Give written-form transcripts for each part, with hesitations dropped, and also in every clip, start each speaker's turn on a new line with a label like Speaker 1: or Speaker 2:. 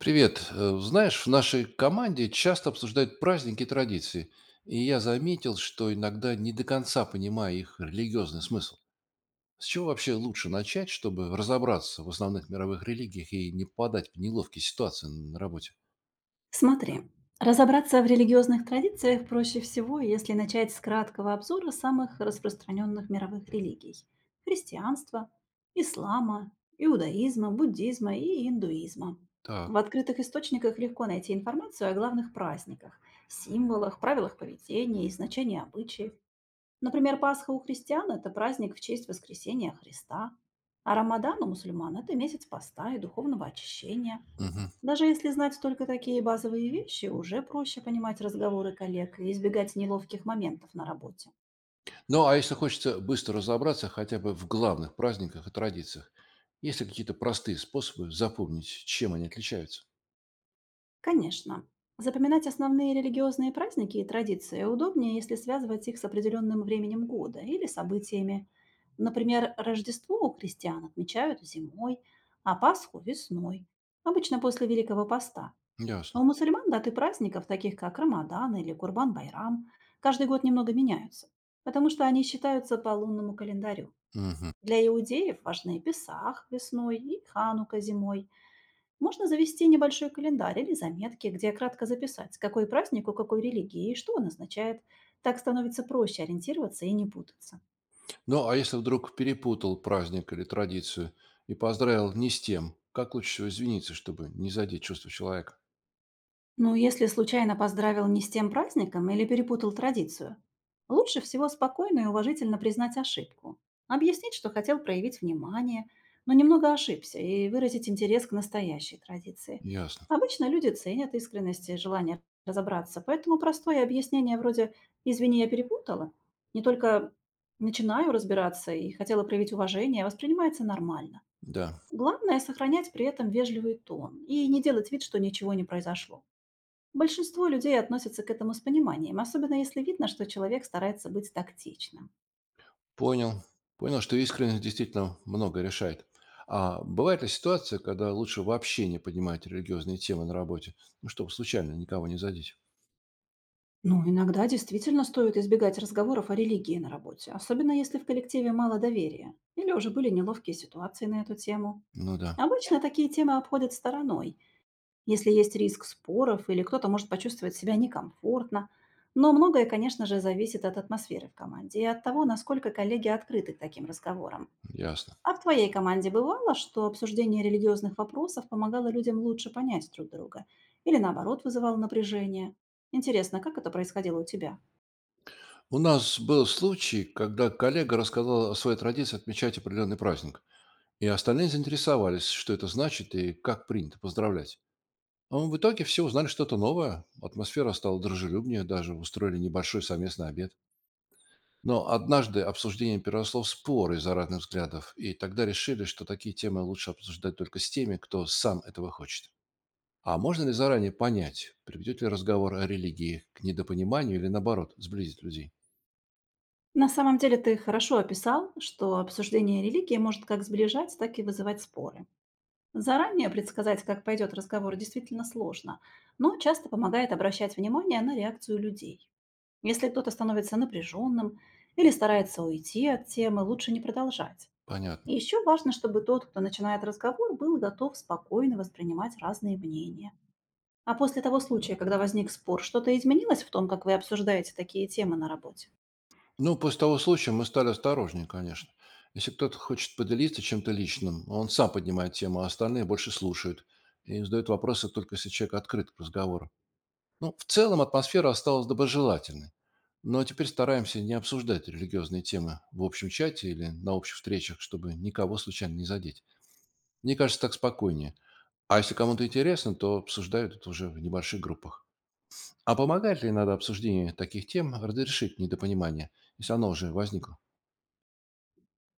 Speaker 1: Привет. Знаешь, в нашей команде часто обсуждают праздники и традиции, и я заметил, что иногда не до конца понимаю их религиозный смысл. С чего вообще лучше начать, чтобы разобраться в основных мировых религиях и не попадать в неловкие ситуации на работе?
Speaker 2: Смотри, разобраться в религиозных традициях проще всего, если начать с краткого обзора самых распространенных мировых религий – христианства, ислама, иудаизма, буддизма и индуизма. В
Speaker 1: Так.
Speaker 2: открытых источниках легко найти информацию о главных праздниках, символах, правилах поведения и значении обычаев. Например, Пасха у христиан – это праздник в честь воскресения Христа, а Рамадан у мусульман – это месяц поста и духовного очищения.
Speaker 1: Мгм.
Speaker 2: Даже если знать только такие базовые вещи, уже проще понимать разговоры коллег и избегать неловких моментов на работе.
Speaker 1: Ну, а если хочется быстро разобраться хотя бы в главных праздниках и традициях, есть ли какие-то простые способы запомнить, чем они отличаются?
Speaker 2: Конечно, запоминать основные религиозные праздники и традиции удобнее, если связывать их с определенным временем года или событиями. Например, Рождество у христиан отмечают зимой, а Пасху – весной, обычно после Великого Поста. А
Speaker 1: Ясно.
Speaker 2: у мусульман даты праздников, таких как Рамадан или Курбан-Байрам, каждый год немного меняются, потому что они считаются по лунному календарю.
Speaker 1: Мгм.
Speaker 2: Для иудеев важны Песах весной и Ханука зимой. Можно завести небольшой календарь или заметки, где кратко записать, какой праздник у какой религии и что он означает. Так становится проще ориентироваться и не путаться.
Speaker 1: Ну, а если вдруг перепутал праздник или традицию и поздравил не с тем, как лучше всего извиниться, чтобы не задеть чувства человека?
Speaker 2: Ну, если случайно поздравил не с тем праздником или перепутал традицию, лучше всего спокойно и уважительно признать ошибку, объяснить, что хотел проявить внимание, но немного ошибся, и выразить интерес к настоящей традиции.
Speaker 1: Ясно.
Speaker 2: Обычно люди ценят искренность и желание разобраться, поэтому простое объяснение вроде «извини, я перепутала», не только начинаю разбираться и хотела проявить уважение, воспринимается нормально.
Speaker 1: Да,
Speaker 2: Главное – сохранять при этом вежливый тон и не делать вид, что ничего не произошло. Большинство людей относятся к этому с пониманием, особенно если видно, что человек старается быть тактичным.
Speaker 1: понял. Понял, что искренность действительно много решает. А бывает ли ситуация, когда лучше вообще не поднимать религиозные темы на работе, ну, чтобы случайно никого не задеть?
Speaker 2: Ну, иногда действительно стоит избегать разговоров о религии на работе, особенно если в коллективе мало доверия или уже были неловкие ситуации на эту тему.
Speaker 1: Ну да,
Speaker 2: Обычно такие темы обходят стороной, если есть риск споров или кто-то может почувствовать себя некомфортно. Но многое, конечно же, зависит от атмосферы в команде и от того, насколько коллеги открыты к таким разговорам.
Speaker 1: ясно.
Speaker 2: А в твоей команде бывало, что обсуждение религиозных вопросов помогало людям лучше понять друг друга? Или наоборот вызывало напряжение? Интересно, как это происходило у тебя?
Speaker 1: У нас был случай, когда коллега рассказал о своей традиции отмечать определенный праздник. И остальные заинтересовались, что это значит и как принято поздравлять. А мы в итоге все узнали что-то новое. Атмосфера стала дружелюбнее, даже устроили небольшой совместный обед. Но однажды обсуждение переросло в споры из-за разных взглядов, и тогда решили, что такие темы лучше обсуждать только с теми, кто сам этого хочет. А можно ли заранее понять, приведет ли разговор о религии к недопониманию или, наоборот, сблизит людей?
Speaker 2: На самом деле ты хорошо описал, что обсуждение религии может как сближать, так и вызывать споры. Заранее предсказать, как пойдет разговор, действительно сложно, но часто помогает обращать внимание на реакцию людей. Если кто-то становится напряженным или старается уйти от темы, лучше не продолжать.
Speaker 1: Понятно.
Speaker 2: И еще важно, чтобы тот, кто начинает разговор, был готов спокойно воспринимать разные мнения. А после того случая, когда возник спор, что-то изменилось в том, как вы обсуждаете такие темы на работе?
Speaker 1: Ну, после того случая мы стали осторожнее, конечно. Если кто-то хочет поделиться чем-то личным, он сам поднимает тему, а остальные больше слушают и задают вопросы только если человек открыт к разговору. Ну, в целом атмосфера осталась доброжелательной. Но теперь стараемся не обсуждать религиозные темы в общем чате или на общих встречах, чтобы никого случайно не задеть. Мне кажется, так спокойнее. А если кому-то интересно, то обсуждают это уже в небольших группах. А помогает ли иногда обсуждение таких тем разрешить недопонимание, если оно уже возникло?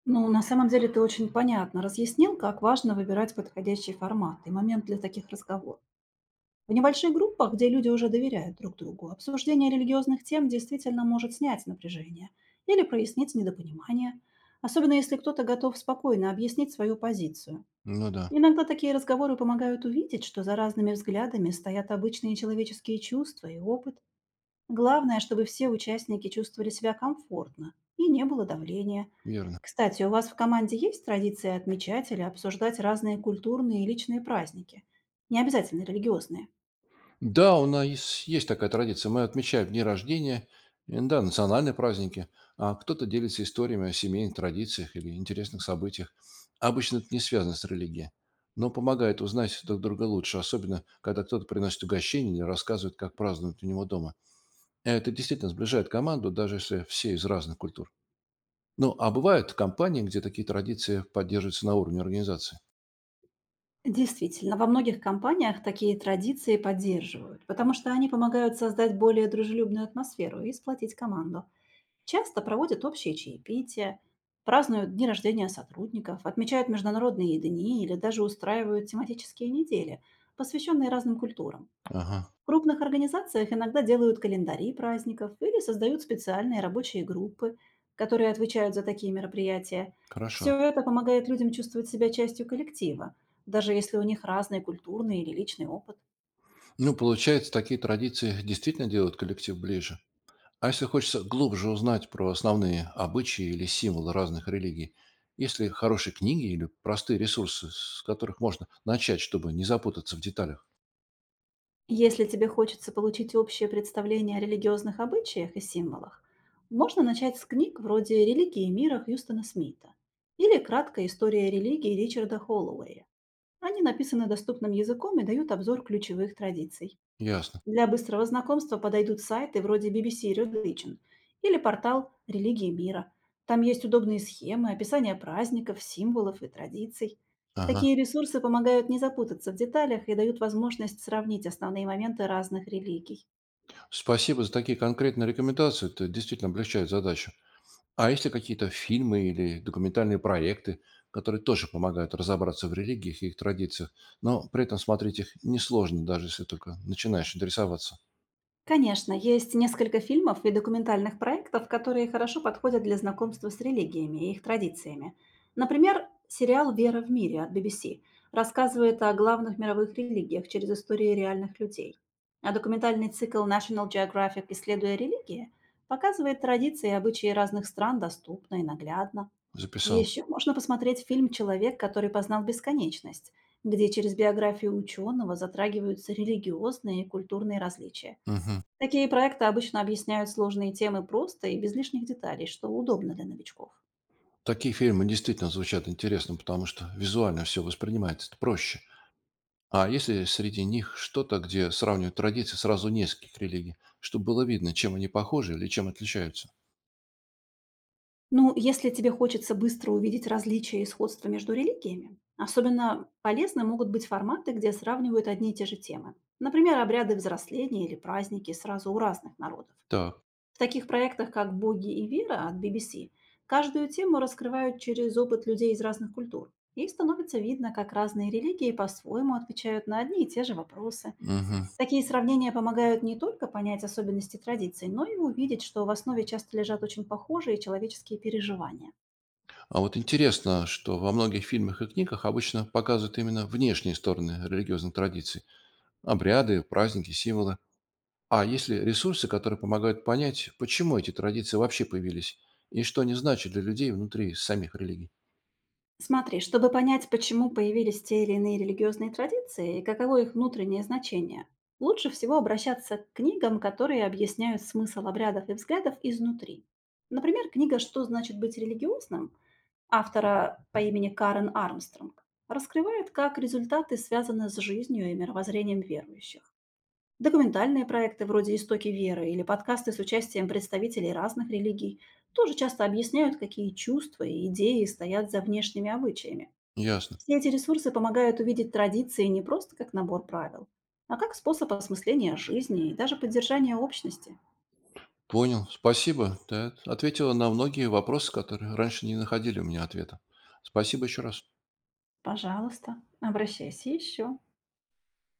Speaker 2: Ну, на самом деле ты очень понятно разъяснил, как важно выбирать подходящий формат и момент для таких разговоров. В небольших группах, где люди уже доверяют друг другу, обсуждение религиозных тем действительно может снять напряжение или прояснить недопонимание, особенно если кто-то готов спокойно объяснить свою позицию.
Speaker 1: Ну да,
Speaker 2: Иногда такие разговоры помогают увидеть, что за разными взглядами стоят обычные человеческие чувства и опыт. Главное, чтобы все участники чувствовали себя комфортно и не было давления.
Speaker 1: верно.
Speaker 2: Кстати, у вас в команде есть традиция отмечать или обсуждать разные культурные и личные праздники? Не обязательно религиозные.
Speaker 1: Да, у нас есть такая традиция. Мы отмечаем дни рождения, да, национальные праздники, а кто-то делится историями о семейных традициях или интересных событиях. Обычно это не связано с религией, но помогает узнать друг друга лучше, особенно когда кто-то приносит угощение или рассказывает, как празднуют у него дома. Это действительно сближает команду, даже если все из разных культур. Ну, а бывают компании, где такие традиции поддерживаются на уровне организации.
Speaker 2: Действительно, во многих компаниях такие традиции поддерживают, потому что они помогают создать более дружелюбную атмосферу и сплотить команду. Часто проводят общие чаепития, празднуют дни рождения сотрудников, отмечают международные дни или даже устраивают тематические недели, посвященные разным культурам.
Speaker 1: Ага,
Speaker 2: В крупных организациях иногда делают календари праздников или создают специальные рабочие группы, которые отвечают за такие мероприятия.
Speaker 1: хорошо.
Speaker 2: Все это помогает людям чувствовать себя частью коллектива, даже если у них разный культурный или личный опыт.
Speaker 1: Ну, получается, такие традиции действительно делают коллектив ближе. А если хочется глубже узнать про основные обычаи или символы разных религий, есть ли хорошие книги или простые ресурсы, с которых можно начать, чтобы не запутаться в деталях?
Speaker 2: Если тебе хочется получить общее представление о религиозных обычаях и символах, можно начать с книг вроде «Религии мира» Хьюстона Смита или «Краткая история религии» Ричарда Холлоуэя. Они написаны доступным языком и дают обзор ключевых традиций.
Speaker 1: Ясно.
Speaker 2: Для быстрого знакомства подойдут сайты вроде BBC Religion или портал «Религии мира». Там есть удобные схемы, описание праздников, символов и традиций.
Speaker 1: Ага.
Speaker 2: Такие ресурсы помогают не запутаться в деталях и дают возможность сравнить основные моменты разных религий.
Speaker 1: Спасибо за такие конкретные рекомендации. Это действительно облегчает задачу. А есть ли какие-то фильмы или документальные проекты, которые тоже помогают разобраться в религиях и их традициях, но при этом смотреть их несложно, даже если только начинаешь интересоваться?
Speaker 2: Конечно, есть несколько фильмов и документальных проектов, которые хорошо подходят для знакомства с религиями и их традициями. Например, сериал «Вера в мире» от BBC рассказывает о главных мировых религиях через истории реальных людей. А документальный цикл National Geographic «Исследуя религии» показывает традиции и обычаи разных стран доступно и наглядно.
Speaker 1: Записал.
Speaker 2: Еще можно посмотреть фильм «Человек, который познал бесконечность», где через биографию ученого затрагиваются религиозные и культурные различия.
Speaker 1: Мгм.
Speaker 2: Такие проекты обычно объясняют сложные темы просто и без лишних деталей, что удобно для новичков.
Speaker 1: Такие фильмы действительно звучат интересно, потому что визуально все воспринимается проще. А если среди них что-то, где сравнивают традиции сразу нескольких религий, чтобы было видно, чем они похожи или чем отличаются?
Speaker 2: Ну, если тебе хочется быстро увидеть различия и сходства между религиями, особенно полезны могут быть форматы, где сравнивают одни и те же темы. Например, обряды взросления или праздники сразу у разных народов.
Speaker 1: Так.
Speaker 2: В таких проектах, как «Боги и вера» от BBC, каждую тему раскрывают через опыт людей из разных культур. И становится видно, как разные религии по-своему отвечают на одни и те же вопросы.
Speaker 1: Мгм.
Speaker 2: Такие сравнения помогают не только понять особенности традиций, но и увидеть, что в основе часто лежат очень похожие человеческие переживания.
Speaker 1: А вот интересно, что во многих фильмах и книгах обычно показывают именно внешние стороны религиозных традиций. Обряды, праздники, символы. А есть ли ресурсы, которые помогают понять, почему эти традиции вообще появились и что они значат для людей внутри самих религий?
Speaker 2: Смотри, чтобы понять, почему появились те или иные религиозные традиции и каково их внутреннее значение, лучше всего обращаться к книгам, которые объясняют смысл обрядов и взглядов изнутри. Например, книга «Что значит быть религиозным» автора по имени Карен Армстронг раскрывает, как результаты связаны с жизнью и мировоззрением верующих. Документальные проекты вроде «Истоки веры» или подкасты с участием представителей разных религий тоже часто объясняют, какие чувства и идеи стоят за внешними обычаями.
Speaker 1: Ясно.
Speaker 2: Все эти ресурсы помогают увидеть традиции не просто как набор правил, а как способ осмысления жизни и даже поддержания общности.
Speaker 1: Понял, спасибо. Ты ответила на многие вопросы, которые раньше не находили у меня ответа. Спасибо еще раз.
Speaker 2: Пожалуйста, обращайся еще.